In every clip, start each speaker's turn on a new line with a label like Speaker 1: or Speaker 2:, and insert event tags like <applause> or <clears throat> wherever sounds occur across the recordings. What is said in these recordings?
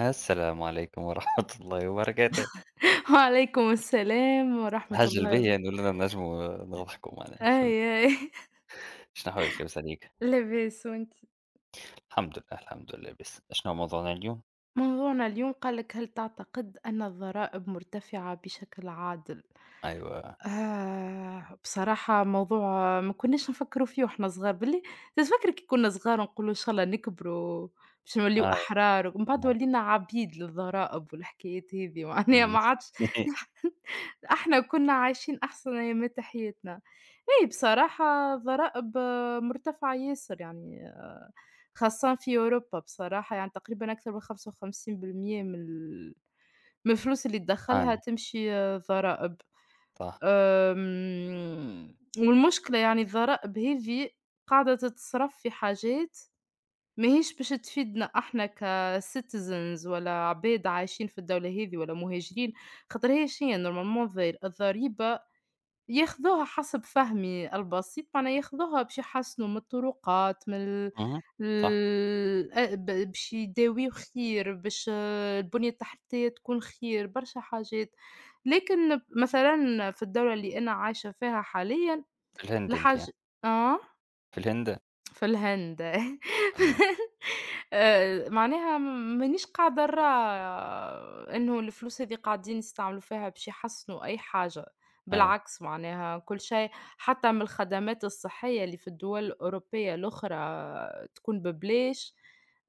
Speaker 1: السلام عليكم ورحمة <laughs> الله وبركاته.
Speaker 2: وعليكم السلام ورحمة
Speaker 1: الحاجة
Speaker 2: الله
Speaker 1: الباهية
Speaker 2: وب.
Speaker 1: إنه ولانا نجموا نضحكوا معناها
Speaker 2: أي،
Speaker 1: فهمت،
Speaker 2: أي.
Speaker 1: شنو أحوالك لاباس عليك؟
Speaker 2: <laughs> لاباس وأنت؟
Speaker 1: الحمد لله، الحمد لله لاباس. شنو موضوعنا اليوم؟
Speaker 2: موضوعنا اليوم قال لك هل تعتقد أن الضرائب مرتفعة بشكل عادل؟
Speaker 1: أيوا
Speaker 2: بصراحة موضوع ما كناش نفكّروا فيه وإحنا صغار، باللي تتفكري كي كنا صغار ونقولوا إن شاء الله نكبروا باش نوليو
Speaker 1: أي
Speaker 2: أحرار، ومن بعد ولينا عبيد للضرائب والحكايات هذي، <laughs> معناها
Speaker 1: إمم.
Speaker 2: ما عادش.
Speaker 1: <laughs>
Speaker 2: <laughs> إحنا كنا عايشين أحسن أيامات حياتنا. إي بصراحة الضرائب مرتفعة ياسر يعني خاصةً في أوروبا بصراحة، يعني تقريبًا أكثر من 55% من الفلوس اللي تدخّلها
Speaker 1: أي
Speaker 2: تمشي ضرائب.
Speaker 1: صح.
Speaker 2: والمشكلة يعني الضرائب هذي قاعدة تتصرف في حاجات ماهيش باش تفيدنا إحنا كcitizens ولا عباد عايشين في الدولة هذي ولا مهاجرين، خاطر هي شنيا normalement الضريبة ياخذوها حسب فهمي البسيط، معناها ياخذوها باش يحسنوا من الطرقات، من ال
Speaker 1: اهم، صح.
Speaker 2: ال أ ب باش يداويو خير، باش البنية التحتية تكون خير، برشا حاجات، لكن مثلًا في الدولة اللي أنا عايشة فيها حاليًا.
Speaker 1: في الهند أنتِ ها؟
Speaker 2: الحاج آه؟
Speaker 1: في الهند؟
Speaker 2: في الهند. <laughs>
Speaker 1: أيوه،
Speaker 2: معناها مانيش قاعدة نرى إنه الفلوس هذي قاعدين يستعملوا فيها باش يحسنوا أي حاجة،
Speaker 1: أي
Speaker 2: بالعكس معناها كل شيء، حتى من الخدمات الصحية اللي في الدول الأوروبية الأخرى تكون ببلاش،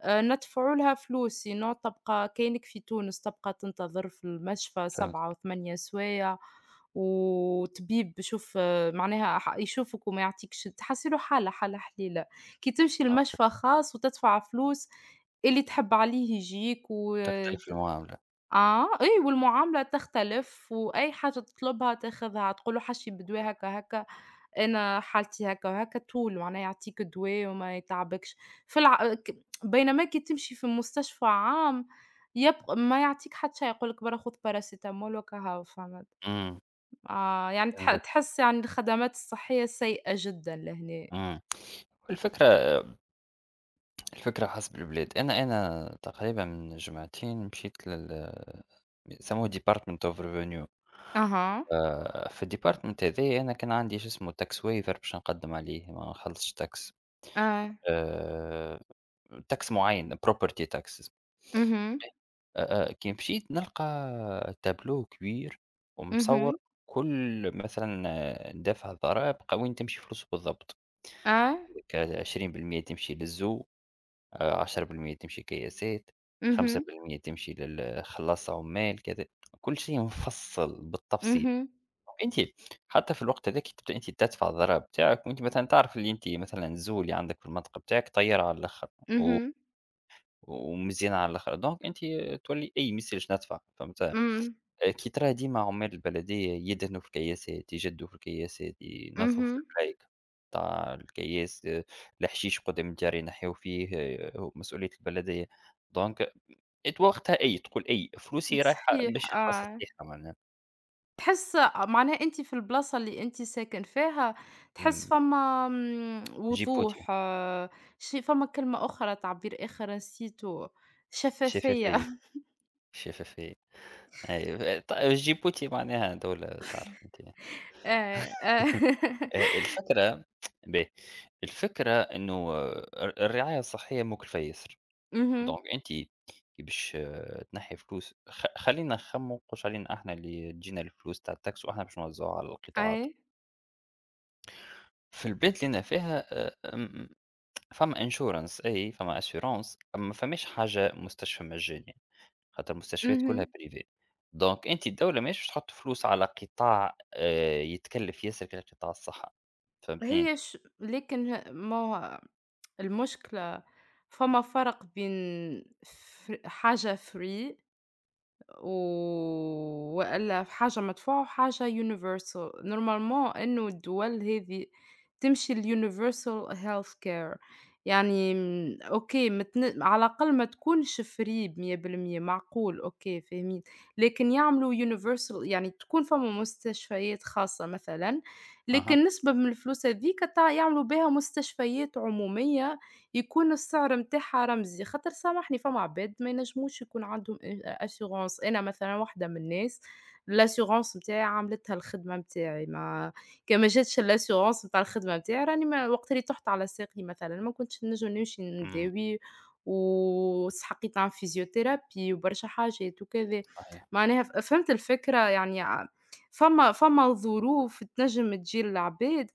Speaker 2: ندفعوا لها فلوس sinon تبقى كأنك في تونس تبقى تنتظر في المشفى
Speaker 1: فهمت،
Speaker 2: 7 و8 سوايع، وطبيب يشوف معناها ح يشوفك وما يعطيكش تحسّي له حالة، حالة حليلة. كي تمشي
Speaker 1: آه،
Speaker 2: لمشفى خاص وتدفع فلوس، اللي تحب عليه يجيك و
Speaker 1: تختلف
Speaker 2: ت
Speaker 1: المعاملة.
Speaker 2: آه، أي والمعاملة تختلف وأي حاجة تطلبها تاخذها، تقول له حشي بدواء هكا، هكا، أنا حالتي هكا وهكا، طول معناها يعطيك الدوا وما يتعبكش. في الع ك بينما كي تمشي في مستشفى عام يبق ما يعطيك حتى شي، يقول لك برا خذ باراسيتامول وكا هاو فهمت.
Speaker 1: إمم،
Speaker 2: يعني
Speaker 1: فهمتك،
Speaker 2: تحس يعني الخدمات الصحية سيئة جدًا لهنا.
Speaker 1: إمم. الفكرة الفكرة حسب البلاد، أنا تقريبًا من جمعتين مشيت يسموه department of revenue.
Speaker 2: أها.
Speaker 1: في الdepartment هاذايا أنا كان عندي شو اسمه tax waiver باش نقدّم عليه ما نخلصش tax.
Speaker 2: آه.
Speaker 1: آآ tax معيّن property tax.
Speaker 2: اهم.
Speaker 1: كي مشيت نلقى تابلو كبير ومصوّر
Speaker 2: اهم.
Speaker 1: كل مثلًا ندافع الضرائب وين تمشي فلوسه بالضبط،
Speaker 2: آه.
Speaker 1: عندك 20% تمشي للزو 10% تمشي كياسات، خمسة
Speaker 2: اهم.
Speaker 1: بالمِيّة تمشي للخلاص عمال كذا، كل شيء مفصّل بالتفصيل،
Speaker 2: اهم.
Speaker 1: أنتِ حتى في الوقت هذاك تبدأ أنتِ تدفع الضرائب بتاعك وأنتِ مثلًا تعرف اللي أنتِ مثلًا الزول اللي عندك في المنطقة بتاعك طيّرها على الآخر و
Speaker 2: اهم.
Speaker 1: ومزيانة على الآخر، دونك أنتِ تولي أي ما يصيرش ندفع، فهمت؟
Speaker 2: إمم.
Speaker 1: أكيد راه ديما عمال البلدية يدهنوا في الكياسات، يجدوا في الكياسات، ينظفوا في
Speaker 2: اهم.
Speaker 1: البرايك نتاع الكياس، الحشيش قدام الدار ينحيوا فيه، هو مسؤولية البلدية، دونك أنت وقتها أي تقول أي
Speaker 2: <laughs>
Speaker 1: فلوسي رايحة
Speaker 2: صحيح
Speaker 1: باش نلقى صحيحة معناها،
Speaker 2: تحس معناها أنتِ في البلاصة اللي أنتِ ساكن فيها تحس
Speaker 1: إمم،
Speaker 2: فما
Speaker 1: جيبوتي
Speaker 2: وضوح شي فما كلمة أخرى تعبير آخر نسيته، شفافية.
Speaker 1: شفافية،
Speaker 2: <laughs>
Speaker 1: شفافية أيوه. جيبوتي معناها دولة تعرف أنت.
Speaker 2: آه، آه.
Speaker 1: الفكرة باهي، الفكرة إنه الرعاية الصحية مكلفة ياسر.
Speaker 2: اهم.
Speaker 1: دونك أنتِ كي باش تنحّي فلوس خلّينا نخمّموا قُش علينا إحنا اللي تجينا الفلوس تاع الTax وإحنا باش نوزّعوها على القطاعات.
Speaker 2: أي.
Speaker 1: في البلاد اللي أنا فيها م فما insurance أي فما assurance ما فماش حاجة مستشفى مجاني، خاطر المستشفيات كلها
Speaker 2: اهم.
Speaker 1: privé. دونك أنتِ الدولة ماهيش باش تحُط فلوس على قطاع يتكلّف ياسر كقطاع الصحة، فهمتني؟
Speaker 2: هي ش لكن ه ما هو المشكلة فما فرق بين حاجة free، و وإلا في حاجة مدفوعة وحاجة universal. Normalement إنه الدول هذه تمشي لuniversal health care، يعني أوكي متن على الأقل ما تكونش في ريب 100% معقول. أوكي فاهمين، لكن يعملوا universal يعني تكون فما مستشفيات خاصة مثلًا،
Speaker 1: أها،
Speaker 2: لكن نسبة من الفلوس هاذيك يعملوا بها مستشفيات عمومية يكون السعر متاعها رمزي، خاطر سامحني فما عباد ما ينجموش يكون عندهم assurance. أنا مثلًا واحدة من الناس الassurance متاعي عملتها الخدمة متاعي، ما <laughs> كان ما جاتش الassurance متاع الخدمة متاعي راني ما وقت اللي طُحت على ساقي مثلًا ما كنتش نجم نمشي
Speaker 1: إمم،
Speaker 2: نداوي، واستحقيت عن physiothérapie وبرشا حاجات وكذا،
Speaker 1: صحيح،
Speaker 2: معناها فهمت الفكرة يعني فما ظروف تنجم تجي للعباد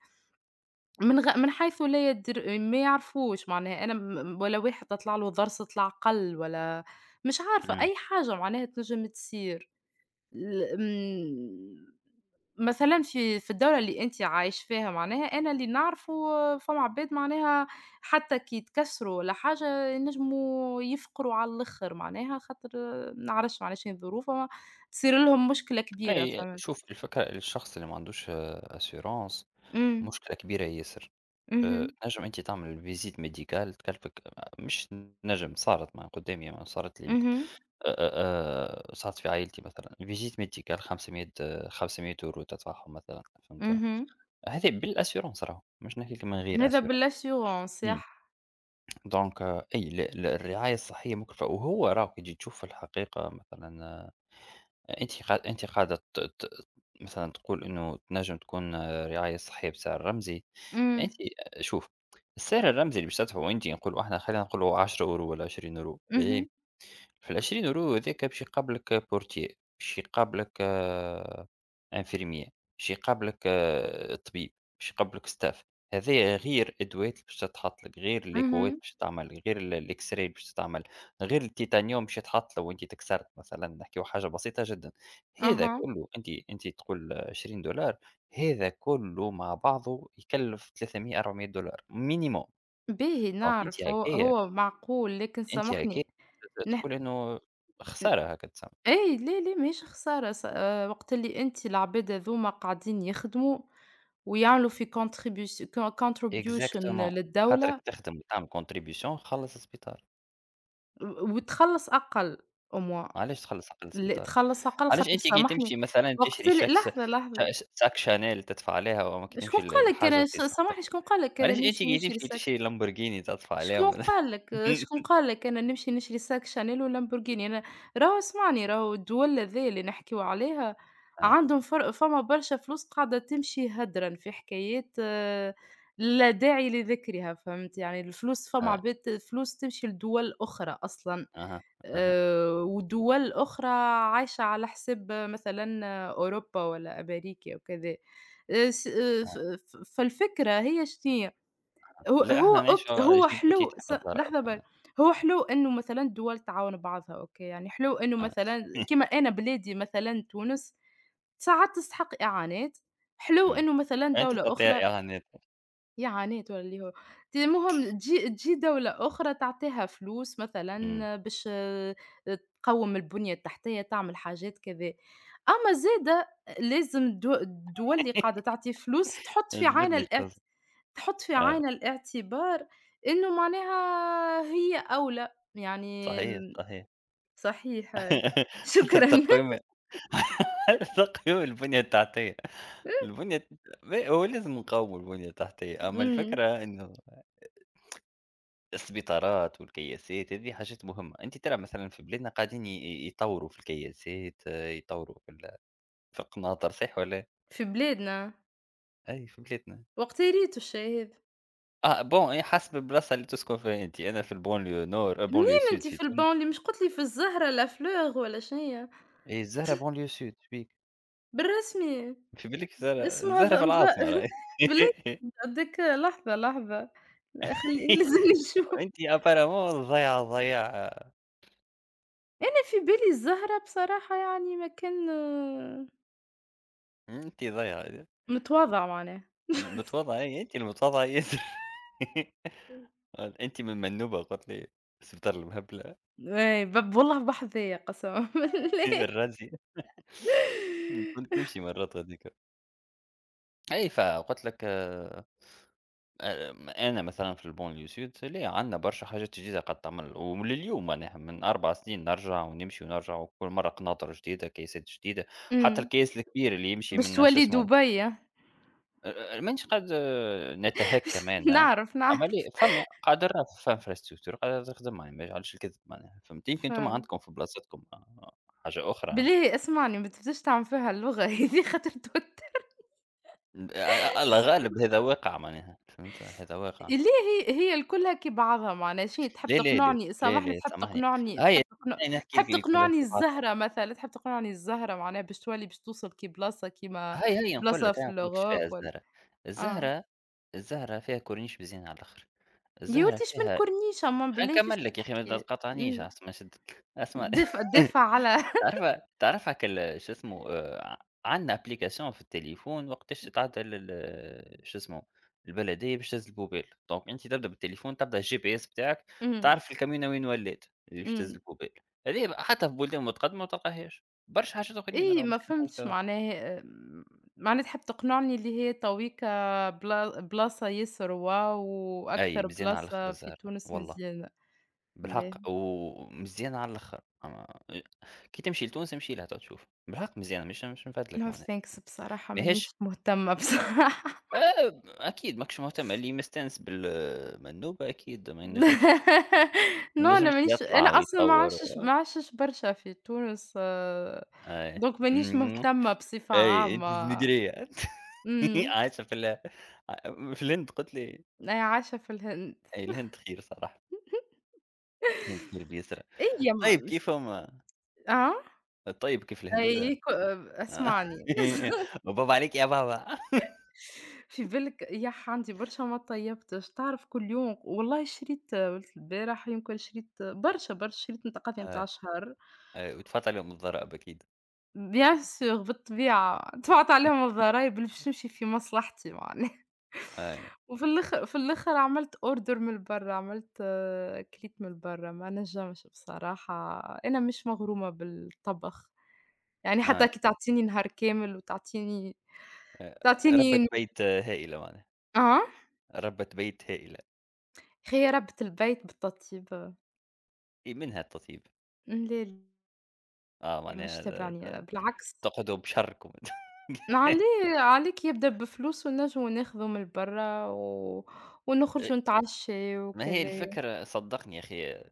Speaker 2: من حيث لا يدر ما يعرفوش معناها أنا ولا واحد تطلع له ضرس طلع قَل ولا مش عارفة
Speaker 1: إمم.
Speaker 2: أي حاجة معناها تنجم تصير. ال آمم مثلًا في الدولة اللي أنتِ عايش فيها معناها أنا اللي نعرفه فما عباد معناها حتى كي يتكسروا ولا حاجة ينجموا يفقروا على الآخر معناها خاطر ما نعرفش معناها شنو الظروف، أما تصير لهم مشكلة كبيرة
Speaker 1: أي
Speaker 2: فهمت؟
Speaker 1: شوف الفكرة الشخص اللي ما عندوش assurance
Speaker 2: إمم.
Speaker 1: مشكلة كبيرة ياسر.
Speaker 2: اهم.
Speaker 1: تنجم أنت تعمل visit médicale تكلفك. مش تنجم صارت ما قدامي ما صارت لي يمكن.
Speaker 2: اهم.
Speaker 1: آآ، صارت في عائلتي مثلًا visit médicale 500 €500 تدفعهم مثلًا فهمت؟
Speaker 2: اهم.
Speaker 1: هذه بالassurance راهو مش نحكي لك من غير
Speaker 2: هذا
Speaker 1: assurance.
Speaker 2: بالassurance
Speaker 1: إمم،
Speaker 2: صح.
Speaker 1: دونك أي ال الرعاية الصحية مكلفة، وهو راهو كي تجي تشوف في الحقيقة مثلًا انتقاد أنت قاعدة ت ت مثلًا تقول إنه تنجم تكون رعاية صحية بسعر رمزي، أنتِ
Speaker 2: إمم.
Speaker 1: شوف. السعر الرمزي اللي باش تدفعه أنتِ نقولوا إحنا خلينا نقولوا €10 والّا €20 باهي؟
Speaker 2: اهم.
Speaker 1: في ال20 يورو هذاك باش يقابلك بورتييه، باش يقابلك انفيرمية، باش يقابلك طبيب، باش يقابلك staff. هذايا غير الأدوات اللي باش تتحط لك، غير الإيكوات
Speaker 2: اهم.
Speaker 1: باش تتعمل، غير الX-ray اللي باش تتعمل، غير التيتانيوم باش يتحط لو أنت تكسرت مثلًا، نحكيو حاجة بسيطة جدًا، هذا
Speaker 2: أها.
Speaker 1: كله أنت تقول $20. هذا كله مع بعضه يكلف 300 $400 minimum،
Speaker 2: باهي
Speaker 1: دونك أنت
Speaker 2: نعرف هو
Speaker 1: هكايا
Speaker 2: هو معقول، لكن
Speaker 1: أنتِ أكيد
Speaker 2: سامحني. نح
Speaker 1: تقولي إنه
Speaker 2: ن
Speaker 1: خسارة هاكا تسمى.
Speaker 2: أي ليه، ليه ماهيش خسارة س وقت اللي أنتِ العباد هاذوما قاعدين يخدموا ويعملوا في contribution
Speaker 1: Exactement. خاطرك
Speaker 2: للدولة،
Speaker 1: تخدم تعمل contribution خلّص السبيطار،
Speaker 2: وتخلّص أقل. Au moins
Speaker 1: علاش تخلّص حق السبيطار؟
Speaker 2: تخلّص أقل
Speaker 1: علاش
Speaker 2: خاطر
Speaker 1: أنتِ كي تمشي
Speaker 2: سامحني.
Speaker 1: مثلًا
Speaker 2: وقت
Speaker 1: تشري
Speaker 2: ال
Speaker 1: شاكس
Speaker 2: لحظة، لحظة،
Speaker 1: ش sac Chanel تدفع عليها وأما كي
Speaker 2: شكون
Speaker 1: تمشي
Speaker 2: قال لك
Speaker 1: لحاجة
Speaker 2: أنا
Speaker 1: في صحتك،
Speaker 2: سامحني شكون قال لك أنا
Speaker 1: علاش أنتِ
Speaker 2: نمشي
Speaker 1: كي
Speaker 2: نشري
Speaker 1: تمشي تشري Lamborghini تدفع
Speaker 2: شكون
Speaker 1: عليهم؟
Speaker 2: قال لك شكون
Speaker 1: <laughs>
Speaker 2: قال لك أنا نمشي نشري ساك شانيل ولامبورغيني أنا. راهو اسمعني راهو الدول هاذيا اللي نحكيو عليها
Speaker 1: آه،
Speaker 2: عندهم فما برشا فلوس قاعدة تمشي هدرًا في حكايات لا داعي لذكرها فهمت، يعني الفلوس فما
Speaker 1: آه،
Speaker 2: عباد فلوس تمشي لدول أخرى أصلًا،
Speaker 1: أها، أها،
Speaker 2: ودول أخرى عايشة على حساب مثلًا أوروبا ولا أمريكا وكذا. س آه،
Speaker 1: آه.
Speaker 2: ف ف فالفكرة هي شنيا؟
Speaker 1: لا إحنا نعيشوا
Speaker 2: هو
Speaker 1: جيبوتي
Speaker 2: حلو
Speaker 1: تحت الضرائب
Speaker 2: لحظة
Speaker 1: أنا.
Speaker 2: هو حلو إنه مثلًا الدول تعاون بعضها أوكي، يعني حلو إنه
Speaker 1: آه.
Speaker 2: مثلًا كيما
Speaker 1: <laughs>
Speaker 2: أنا بلادي مثلًا تونس ساعات تستحق إعانات، حلو
Speaker 1: إمم.
Speaker 2: إنه مثلًا
Speaker 1: أنت
Speaker 2: دولة
Speaker 1: تعطيها
Speaker 2: أخرى
Speaker 1: إعانات.
Speaker 2: إعانات، والّا اللي هو المهم تجي دولة أخرى تعطيها فلوس
Speaker 1: إمم.
Speaker 2: مثلًا باش تقوّم البنية التحتية، تعمل حاجات كذا، أما زادة لازم الدول اللي قاعدة
Speaker 1: <laughs>
Speaker 2: تعطي فلوس تحط في عين
Speaker 1: عجبتني القصة.
Speaker 2: الاعت تحُط في
Speaker 1: آه.
Speaker 2: عين الاعتبار إنه معناها هي أولى، يعني
Speaker 1: صحيح، صحيح.
Speaker 2: صحيح آه.
Speaker 1: <laughs>
Speaker 2: <laughs>
Speaker 1: حتى
Speaker 2: شكرًا.
Speaker 1: التقويم. <laughs> تقويم البنية التحتية، البنية ما هو لازم نقاوموا البنية التحتية، أما
Speaker 2: إمم.
Speaker 1: الفكرة إنه السبيطارات والكياسات هذه حاجات مهمة، أنت ترى مثلًا في بلادنا قاعدين ي ي يطوّروا في الكياسات، يطوّروا في القناطر صحيح والّا لا؟
Speaker 2: في بلادنا،
Speaker 1: أي في بلادنا.
Speaker 2: وقت ريتو الشاي هذا،
Speaker 1: Bon هي حسب البلاصة اللي تسكن فيها أنت، أنا في الbanlieue nord banlieue
Speaker 2: منين
Speaker 1: sud
Speaker 2: أنتِ
Speaker 1: في
Speaker 2: في
Speaker 1: تونس،
Speaker 2: البونليو مش قُلت لي في الزهرة لا fleur ولا شنيا؟
Speaker 1: إي الزهرة banlieue sud شبيك؟
Speaker 2: بالرسمي
Speaker 1: في بالك الزهرة
Speaker 2: اسمها ظ
Speaker 1: الزهرة في
Speaker 2: مظ
Speaker 1: العاصمة
Speaker 2: <laughs>
Speaker 1: راهي.
Speaker 2: بالله، هاذيك لحظة، لحظة. لأ خلّي <laughs> لازمني
Speaker 1: <laughs>
Speaker 2: نشوف.
Speaker 1: أنتِ apparemment ضايعة ضايعة،
Speaker 2: أنا في بالي الزهرة بصراحة يعني مكان
Speaker 1: أنتِ ضايعة،
Speaker 2: متواضع معناه.
Speaker 1: المتواضعة هي، أنتِ المتواضعة هي. قال <laughs> أنتِ من منوبة قالت لي السبتار المهبلة.
Speaker 2: إيه والله بحظية قسمًا <laughs>
Speaker 1: <laughs>
Speaker 2: بالله.
Speaker 1: الرازية، كنت نمشي مرات غاديكا، أي فقلت لك، أنا مثلًا في الbanlieue sud ليه عندنا برشا حاجات جديدة قد تعمل، ولليوم معناها من 4 سنين نرجع ونمشي ونرجع وكل مرة قناطر جديدة، كيسات جديدة، حتى
Speaker 2: إمم.
Speaker 1: الكيس الكبير اللي يمشي
Speaker 2: باش
Speaker 1: من شو
Speaker 2: تولي
Speaker 1: اسمه.
Speaker 2: دبي.
Speaker 1: مانيش قاعد نتهكى
Speaker 2: <laughs>
Speaker 1: معناها،
Speaker 2: نعرف،
Speaker 1: أما
Speaker 2: نعرف.
Speaker 1: لي فما قادرنا في infrastructure قادرة تخدم معناها ما يجعلش الكذب معناها فهمت، يمكن أنتم
Speaker 2: فاهمة.
Speaker 1: عندكم في بلاصتكم حاجة أخرى.
Speaker 2: بالله اسمعني ما تبداش تعمل فيها اللغة <laughs> هذي خاطر توتر.
Speaker 1: الله غالب هذا واقع معناها فهمت، هذا واقع.
Speaker 2: ليه هي هي الكلها كي بعضها معناها شنو تحب
Speaker 1: لا، لا، لا،
Speaker 2: تقنعني
Speaker 1: لا،
Speaker 2: سامحني
Speaker 1: لا
Speaker 2: تحب
Speaker 1: سامحني.
Speaker 2: تقنعني
Speaker 1: هيا أنا نحكي لك
Speaker 2: تحب
Speaker 1: اللي كلها
Speaker 2: تقنعني
Speaker 1: كيف عطا.
Speaker 2: الزهرة مثلًا، تحب تقنعني الزهرة معناها باش تولي باش توصل كي بلاصة كيما
Speaker 1: هيا، هيا نقول
Speaker 2: بلاصة
Speaker 1: لك، هيا
Speaker 2: في
Speaker 1: نقول لك إيش
Speaker 2: الأوروب
Speaker 1: فيها
Speaker 2: ولا
Speaker 1: الزهرة،
Speaker 2: آه،
Speaker 1: الزهرة الزهرة فيها كورنيش بزين على الآخر،
Speaker 2: يا
Speaker 1: الزهرة
Speaker 2: ولدي إيش من
Speaker 1: فيها.
Speaker 2: كورنيش أمان
Speaker 1: خليني
Speaker 2: بالله فاش
Speaker 1: نكمل لك يا أخي ما
Speaker 2: تحكي؟
Speaker 1: تقاطعنيش
Speaker 2: إمم.
Speaker 1: أسمع شدك، اسمعني.
Speaker 2: دفء
Speaker 1: <laughs> أنت
Speaker 2: دافع على. <laughs>
Speaker 1: عارفة أنت عارفة كال شو اسمه، عندنا أبليكاسيون في التليفون وقتاش تتعدى شو اسمه، البلدية باش تهز البوبيل، دونك أنت تبدا بالتليفون تبدا الGPS بتاعك،
Speaker 2: إمم.
Speaker 1: تعرف الكمينة وين ولات، اللي باش تهز
Speaker 2: إمم.
Speaker 1: البوبيل، هذه حتى في بلدان متقدمة ما تلقاهاش، برشا حاجات أخرين
Speaker 2: إيه
Speaker 1: راهو
Speaker 2: ما
Speaker 1: مش كان
Speaker 2: فهمتش
Speaker 1: حاجة.
Speaker 2: معناها معناها تحب تقنعني اللي هي تويكا بلا بلاصة ياسر واو،
Speaker 1: أي
Speaker 2: وأكثر
Speaker 1: مزيانة على الآخر
Speaker 2: بلاصة في
Speaker 1: الزهرة،
Speaker 2: تونس
Speaker 1: والله
Speaker 2: مزيانة. لا،
Speaker 1: بالحق ومزيانة على الآخر، أما كي تمشي لتونس امشي لها تو تشوف، بالحق مزيانة مش نفدلك
Speaker 2: no
Speaker 1: معناها،
Speaker 2: thanks بصراحة مانيش
Speaker 1: ماهيش.
Speaker 2: مهتمة بصراحة.
Speaker 1: آآ أكيد ماكش مهتم، اللي مستانس بالمندوبة أكيد ما ينجمش
Speaker 2: <laughs>
Speaker 1: ما
Speaker 2: No أنا
Speaker 1: ينجمش
Speaker 2: مانيش أنا
Speaker 1: يطلع
Speaker 2: أصلًا
Speaker 1: ويطوّر
Speaker 2: ما عشش برشا في تونس
Speaker 1: أي.
Speaker 2: donc مانيش
Speaker 1: إمم،
Speaker 2: مهتمة بصفة
Speaker 1: أي أنتِ
Speaker 2: عامة.
Speaker 1: إزميلية أنتِ. <laughs>
Speaker 2: إمم.
Speaker 1: عايشة في ال ع في الهند قُلت لي؟
Speaker 2: أنا عايشة في الهند.
Speaker 1: أي الهند خير صراحة، الهند خير بيسرى.
Speaker 2: أي ما
Speaker 1: طيب
Speaker 2: مش.
Speaker 1: كيفهم.
Speaker 2: آه؟
Speaker 1: طيب كيف الهنود؟
Speaker 2: أي اسمعني. <laughs>
Speaker 1: <laughs> بابا عليك يا بابا.
Speaker 2: في بالك عندي برشا ما طيبتش، تعرف كل يوم والله شريت ولت البارح يمكن شريت برشا شريت نتقاضي متاع
Speaker 1: آه،
Speaker 2: شهر.
Speaker 1: آه، وتفاطئ عليهم الضرائب أكيد.
Speaker 2: Bien sûr بالطبيعة دفعت عليهم الضرايب اللي باش تمشي في مصلحتي معناها
Speaker 1: أي،
Speaker 2: <laughs> وفي الآخر في الآخر عملت order من برا، عملت كليت من برا، ما نجمش بصراحة. أنا مش مغرومة بالطبخ، يعني
Speaker 1: أي،
Speaker 2: حتى كي تعطيني نهار كامل وتعطيني
Speaker 1: ربّة
Speaker 2: تعطيني
Speaker 1: بيت هائلة معناها،
Speaker 2: آه.
Speaker 1: ربّة بيت هائلة،
Speaker 2: خيّ ربّة البيت بالتطيب.
Speaker 1: إي منها التطيب،
Speaker 2: لا،
Speaker 1: آه
Speaker 2: لا مش
Speaker 1: معناها
Speaker 2: تابعني بالعكس.
Speaker 1: تقعدوا بشركم. <laughs>
Speaker 2: عليه عليك يبدا بفلوس ونجمو ناخذو من برّا،
Speaker 1: أ
Speaker 2: ونخرجو نتعشّيو
Speaker 1: ما هي
Speaker 2: وكذا.
Speaker 1: الفكرة صدّقني يا أخي.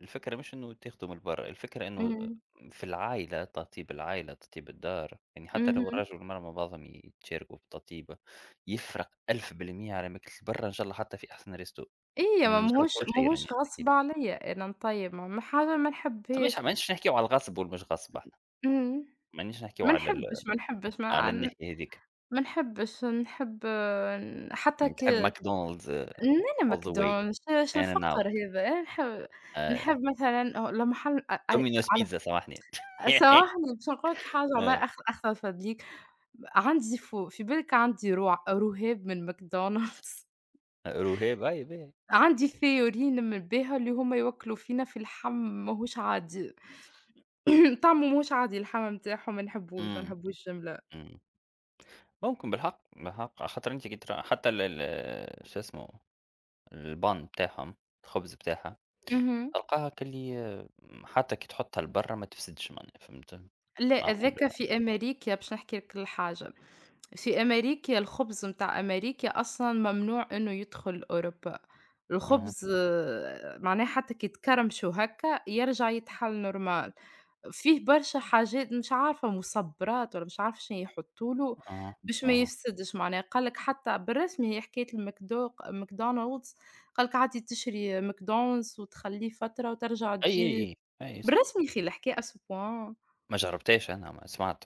Speaker 1: الفكرة مش إنه تاخده من برّا، الفكرة إنه
Speaker 2: إمم.
Speaker 1: في العائلة، ترتيب العائلة، ترتيب الدار، يعني حتى لو
Speaker 2: اهم.
Speaker 1: الرجل والمرأة مع بعضهم يتشاركوا في التطيبة، يفرق 1000% على ماكلة برّا إن شاء الله حتى في أحسن ريستو،
Speaker 2: إيه
Speaker 1: أنا
Speaker 2: ما
Speaker 1: مجرّب
Speaker 2: ماهوش
Speaker 1: كل شي
Speaker 2: ماهوش
Speaker 1: راني نحكي
Speaker 2: غصب
Speaker 1: لك،
Speaker 2: عليّا أنا نطيّب، م م حاجة ما
Speaker 1: فماش
Speaker 2: نحبهاش بس.
Speaker 1: مانيش نحكيو على الغصب والمش غصب إحنا،
Speaker 2: إمم.
Speaker 1: مانيش نحكيو
Speaker 2: ما نحبش،
Speaker 1: على الناحية هاذيك،
Speaker 2: ما نحبش، نحب حتى
Speaker 1: تحب ماكدونالدز
Speaker 2: لا، لا
Speaker 1: all the way
Speaker 2: مكدونش، اش
Speaker 1: in and out.
Speaker 2: الفقر هذا، إيه، نحب
Speaker 1: آآ،
Speaker 2: مثلًا أو لمحل أ أ
Speaker 1: دومينوز
Speaker 2: على.
Speaker 1: بيتزا سامحني. <laughs>
Speaker 2: سامحني باش نقول لك حاجة والله أخطر فضليك. عندي في بالك عندي رهاب من ماكدونالدز.
Speaker 1: رهيب أيوه باين.
Speaker 2: <laughs> عندي theory نمل بيها اللي هُم يوكّلوا فينا في اللحم ماهوش عادي. <coughs> <clears throat> طعمه ماهوش عادي اللحم نتاعهم ما نحبوش، ما
Speaker 1: إمم،
Speaker 2: نحبوش الجملة.
Speaker 1: إمم. ممكن بالحق، بالحق خاطر أنتِ كي ترا حتى ال ال شو اسمه البان بتاعهم، الخبز بتاعها
Speaker 2: اهم.
Speaker 1: تلقاها كلي حتى كي تحطها لبرا ما تفسدش معناها فهمت؟
Speaker 2: لا هذاك
Speaker 1: معمولة.
Speaker 2: في أمريكا باش نحكي لك الحاجة. في أمريكا الخبز متاع أمريكا أصلًا ممنوع إنه يدخل أوروبا،
Speaker 1: اهم،
Speaker 2: الخبز معناه حتى كي تكرمشو هكا يرجع يتحل normal. فيه برشا حاجات مش عارفة مُصبّرات والّا مش عارفة شنو يحطوا له
Speaker 1: اهم،
Speaker 2: باش ما
Speaker 1: اهم.
Speaker 2: يفسدش معناها، قال لك حتى بالرسمي هي حكاية ماكدونالدز. قال لك عادي تشري ماكدونالدز وتخلّيه فترة وترجع
Speaker 1: أي، أي،
Speaker 2: تجيب
Speaker 1: أي، أي صح.
Speaker 2: بالرسمي يا أخي الحكاية à ce point.
Speaker 1: ما جربتهاش أنا ما سمعت.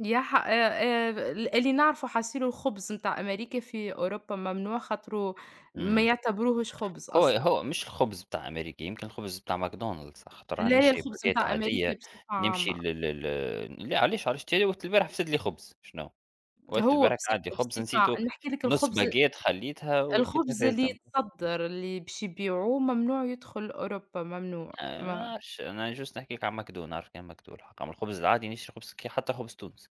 Speaker 2: يا ح اللي نعرفه حصيلو الخبز نتاع أمريكا في أوروبا ممنوع خاطرو ما
Speaker 1: إمم.
Speaker 2: يعتبروهوش خبز
Speaker 1: هو
Speaker 2: أصلًا.
Speaker 1: هو مش الخبز بتاع أمريكا يمكن الخبز بتاع ماكدونالدز خاطر أنا
Speaker 2: لا لا
Speaker 1: نشري
Speaker 2: الخبز
Speaker 1: باكات
Speaker 2: نتاع أمريكا
Speaker 1: عادية
Speaker 2: بصفة
Speaker 1: نمشي
Speaker 2: عامة،
Speaker 1: لل لل لا علاش، علاش تشري، وقت البارح فسد لي خبز شنو؟ وقت
Speaker 2: هو
Speaker 1: البرك
Speaker 2: بصف
Speaker 1: عدّي، خبز
Speaker 2: بصفة
Speaker 1: نسيته،
Speaker 2: نحكي لك
Speaker 1: نُص
Speaker 2: الخبز.
Speaker 1: باجيت خلّيتها ولقيتها
Speaker 2: الخبز اللي
Speaker 1: فاسدة
Speaker 2: يتصدّر اللي باش يبيعوه ممنوع يدخل أوروبا ممنوع،
Speaker 1: ما
Speaker 2: ما
Speaker 1: نعرفش، أنا just نحكي لك عن ماكدو، نعرف كان ماكدو الحق، أمّا الخبز العادي نشري خبز كي حتى خبز تونس،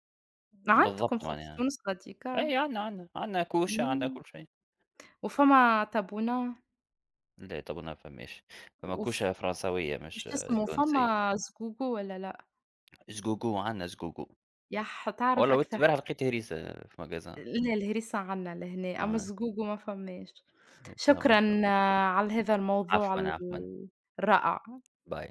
Speaker 2: عندكم
Speaker 1: بالضبط
Speaker 2: خبز
Speaker 1: معناها،
Speaker 2: تونس غاديك آه،
Speaker 1: أي عندنا، عندنا، عندنا كوشة، عندنا
Speaker 2: إمم،
Speaker 1: كل شيء،
Speaker 2: وفما تابونة.
Speaker 1: لا طبعًا ما فماش، فما
Speaker 2: وف
Speaker 1: كوشة فرنساوية
Speaker 2: واش
Speaker 1: مش
Speaker 2: اسمه فما
Speaker 1: تونسية،
Speaker 2: زقوقو والّا لأ؟
Speaker 1: زقوقو عندنا زقوقو،
Speaker 2: يح تعرف
Speaker 1: والله وقت
Speaker 2: أكثر.
Speaker 1: البارحة لقيت هريسة في ماغازان،
Speaker 2: لا الهريسة عنا لهنا، أما
Speaker 1: آه،
Speaker 2: الزقوق ما فماش.
Speaker 1: هاكا وإن شاء
Speaker 2: شكرًا
Speaker 1: الله،
Speaker 2: على هذا الموضوع
Speaker 1: عفوًا، عفوًا،
Speaker 2: الرائع.
Speaker 1: باي.